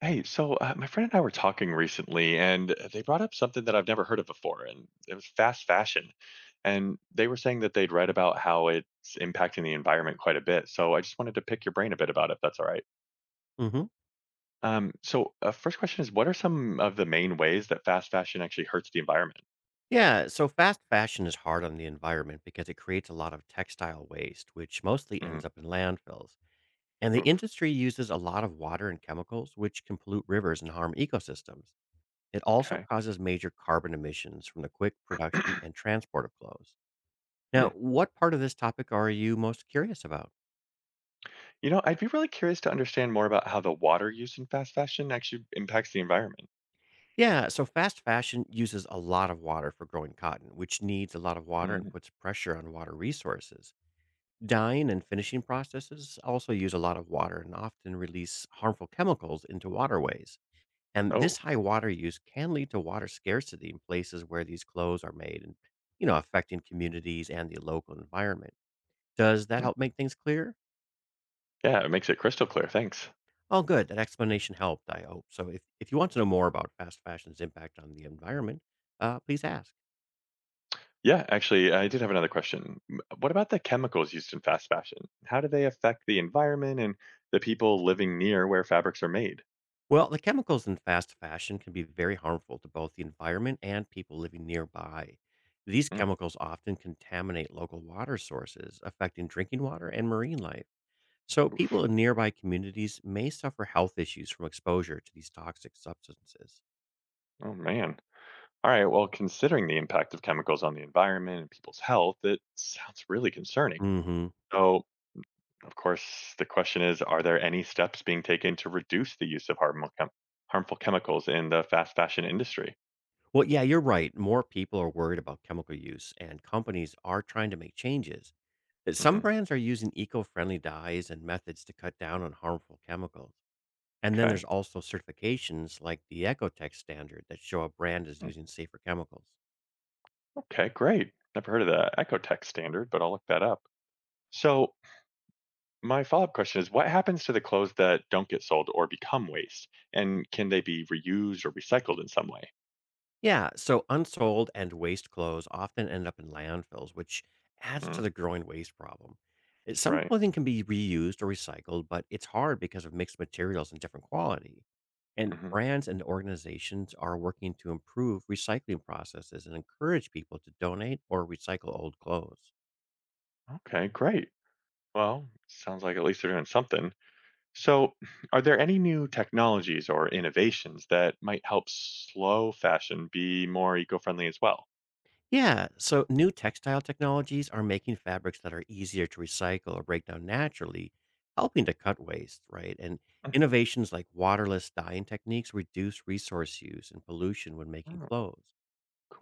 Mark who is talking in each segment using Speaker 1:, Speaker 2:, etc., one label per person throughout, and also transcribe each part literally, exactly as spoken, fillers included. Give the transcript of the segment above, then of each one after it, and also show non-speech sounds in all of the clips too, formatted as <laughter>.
Speaker 1: Hey, so uh, my friend and I were talking recently, and uh, they brought up something that I've never heard of before, and it was fast fashion. And they were saying that they'd read about how it's impacting the environment quite a bit. So I just wanted to pick your brain a bit about it, if that's all right.
Speaker 2: hmm
Speaker 1: Um, so uh, first question is, what are some of the main ways that fast fashion actually hurts the environment?
Speaker 2: Yeah, so fast fashion is hard on the environment because it creates a lot of textile waste, which mostly ends
Speaker 1: Mm,
Speaker 2: up in landfills. And the
Speaker 1: oof,
Speaker 2: industry uses a lot of water and chemicals, which can pollute rivers and harm ecosystems. It also
Speaker 1: okay.
Speaker 2: causes major carbon emissions from the quick production and
Speaker 1: <clears throat>
Speaker 2: transport of clothes.
Speaker 1: Hmm.
Speaker 2: Now, what part of this topic are you most curious about?
Speaker 1: You know, I'd be really curious to understand more about how the water used in fast fashion actually impacts the environment.
Speaker 2: Yeah, so fast fashion uses a lot of water for growing cotton, which needs a lot of water and
Speaker 1: Mm.
Speaker 2: puts pressure on water resources. Dyeing and finishing processes also use a lot of water and often release harmful chemicals into waterways. And
Speaker 1: Oh.
Speaker 2: this high water use can lead to water scarcity in places where these clothes are made and, you know, affecting communities and the local environment. Does that
Speaker 1: Hmm.
Speaker 2: help make things clear?
Speaker 1: Yeah, it makes it crystal clear. Thanks.
Speaker 2: Oh, good. That explanation helped, I hope. So if, if you want to know more about fast fashion's impact on the environment, uh, please ask.
Speaker 1: Yeah, actually, I did have another question. M- What about the chemicals used in fast fashion? How do they affect the environment and the people living near where fabrics are made?
Speaker 2: Well, the chemicals in fast fashion can be very harmful to both the environment and people living nearby. These
Speaker 1: Mm.
Speaker 2: chemicals often contaminate local water sources, affecting drinking water and marine life. So, people in nearby communities may suffer health issues from exposure to these toxic substances.
Speaker 1: Oh, man. All right, well, considering the impact of chemicals on the environment and people's health, it sounds really concerning.
Speaker 2: hmm
Speaker 1: So, of course, the question is, are there any steps being taken to reduce the use of harmful, chem- harmful chemicals in the fast fashion industry?
Speaker 2: Well, yeah, you're right. More people are worried about chemical use, and companies are trying to make changes. But some
Speaker 1: Hmm.
Speaker 2: brands are using eco friendly dyes and methods to cut down on harmful chemicals. And then
Speaker 1: Okay.
Speaker 2: there's also certifications like the Ecotech standard that show a brand is
Speaker 1: Mm.
Speaker 2: using safer chemicals.
Speaker 1: Okay, great. Never heard of the Ecotech standard, but I'll look that up. So, my follow-up question is, what happens to the clothes that don't get sold or become waste? And can they be reused or recycled in some way?
Speaker 2: Yeah, so unsold and waste clothes often end up in landfills, which adds to
Speaker 1: Mm.
Speaker 2: the growing waste problem. Uh, Some
Speaker 1: Right.
Speaker 2: clothing can be reused or recycled, but it's hard because of mixed materials and different quality. And
Speaker 1: Hmm.
Speaker 2: brands and organizations are working to improve recycling processes and encourage people to donate or recycle old clothes.
Speaker 1: Okay, great. Well, sounds like at least they're doing something. So, are there any new technologies or innovations that might help slow fashion be more eco-friendly as well?
Speaker 2: Yeah, so new textile technologies are making fabrics that are easier to recycle or break down naturally, helping to cut waste, right? And innovations like waterless dyeing techniques reduce resource use and pollution when making
Speaker 1: Mhm.
Speaker 2: clothes.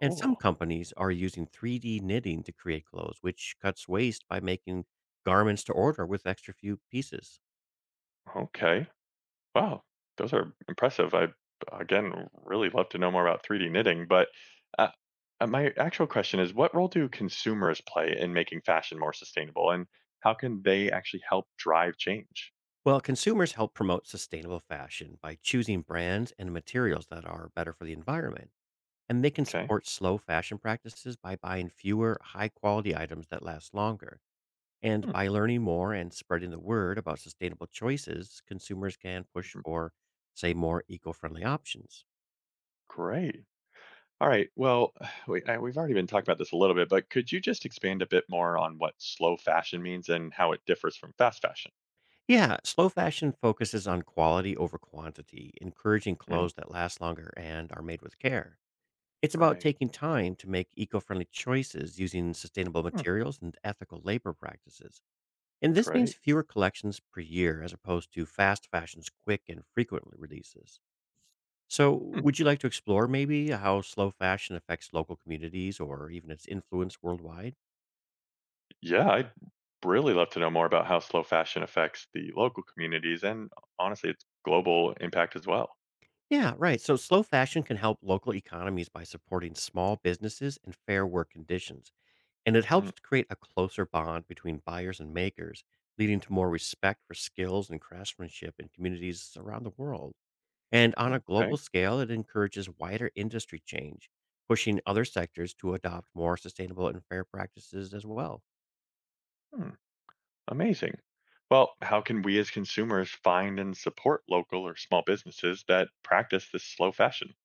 Speaker 2: And some companies are using three D knitting to create clothes, which cuts waste by making garments to order with extra few pieces.
Speaker 1: Okay. Wow, those are impressive. I, again, really love to know more about three D knitting, but uh, uh, my actual question is, what role do consumers play in making fashion more sustainable and how can they actually help drive change?
Speaker 2: Well, consumers help promote sustainable fashion by choosing brands and materials that are better for the environment, and they can
Speaker 1: Okay.
Speaker 2: support slow fashion practices by buying fewer high quality items that last longer. And
Speaker 1: Hmm.
Speaker 2: by learning more and spreading the word about sustainable choices, consumers can push
Speaker 1: Mhm.
Speaker 2: for, say, more eco friendly options.
Speaker 1: Great. All right. Well, <sighs> we, I, we've already been talking about this a little bit, but could you just expand a bit more on what slow fashion means and how it differs from fast fashion?
Speaker 2: Yeah, slow fashion focuses on quality over quantity, encouraging
Speaker 1: Mm.
Speaker 2: clothes that last longer and are made with care. It's about
Speaker 1: Right.
Speaker 2: taking time to make eco friendly choices using sustainable
Speaker 1: Hmm.
Speaker 2: materials and ethical labor practices. And this means
Speaker 1: Great.
Speaker 2: fewer collections per year as opposed to fast fashion's quick and frequent releases. So, would you like to explore maybe how slow fashion affects local communities or even its influence worldwide?
Speaker 1: Yeah, I'd really love to know more about how slow fashion affects the local communities and, honestly, its global impact as well.
Speaker 2: Yeah, right. So, slow fashion can help local economies by supporting small businesses and fair work conditions. And it helps
Speaker 1: Mm.
Speaker 2: to create a closer bond between buyers and makers, leading to more respect for skills and craftsmanship in communities around the world. And on a
Speaker 1: Okay.
Speaker 2: global scale, it encourages wider industry change, pushing other sectors to adopt more sustainable and fair practices as well.
Speaker 1: Hmm, amazing. Well, how can we as consumers find and support local or small businesses that practice this slow fashion?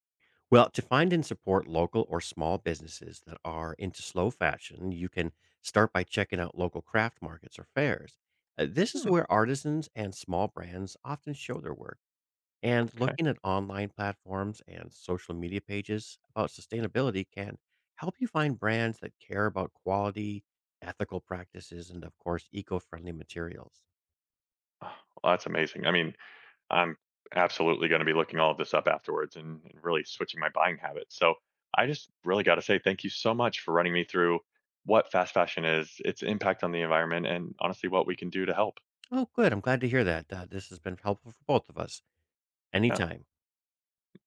Speaker 2: Well, to find and support local or small businesses that are into slow fashion, you can start by checking out local craft markets or fairs. Uh, This is
Speaker 1: Hmm.
Speaker 2: where artisans and small brands often show their work. And
Speaker 1: Okay.
Speaker 2: looking at online platforms and social media pages about sustainability can help you find brands that care about quality, ethical practices, and of course, eco friendly materials.
Speaker 1: Ah, well, that's amazing. I mean, I'm absolutely going to be looking all of this up afterwards and, and really switching my buying habits. So I just really got to say thank you so much for running me through what fast fashion is, its impact on the environment, and honestly, what we can do to help.
Speaker 2: Oh, good. I'm glad to hear that. Uh, this has been helpful for both of us.
Speaker 1: Yeah.
Speaker 2: Anytime.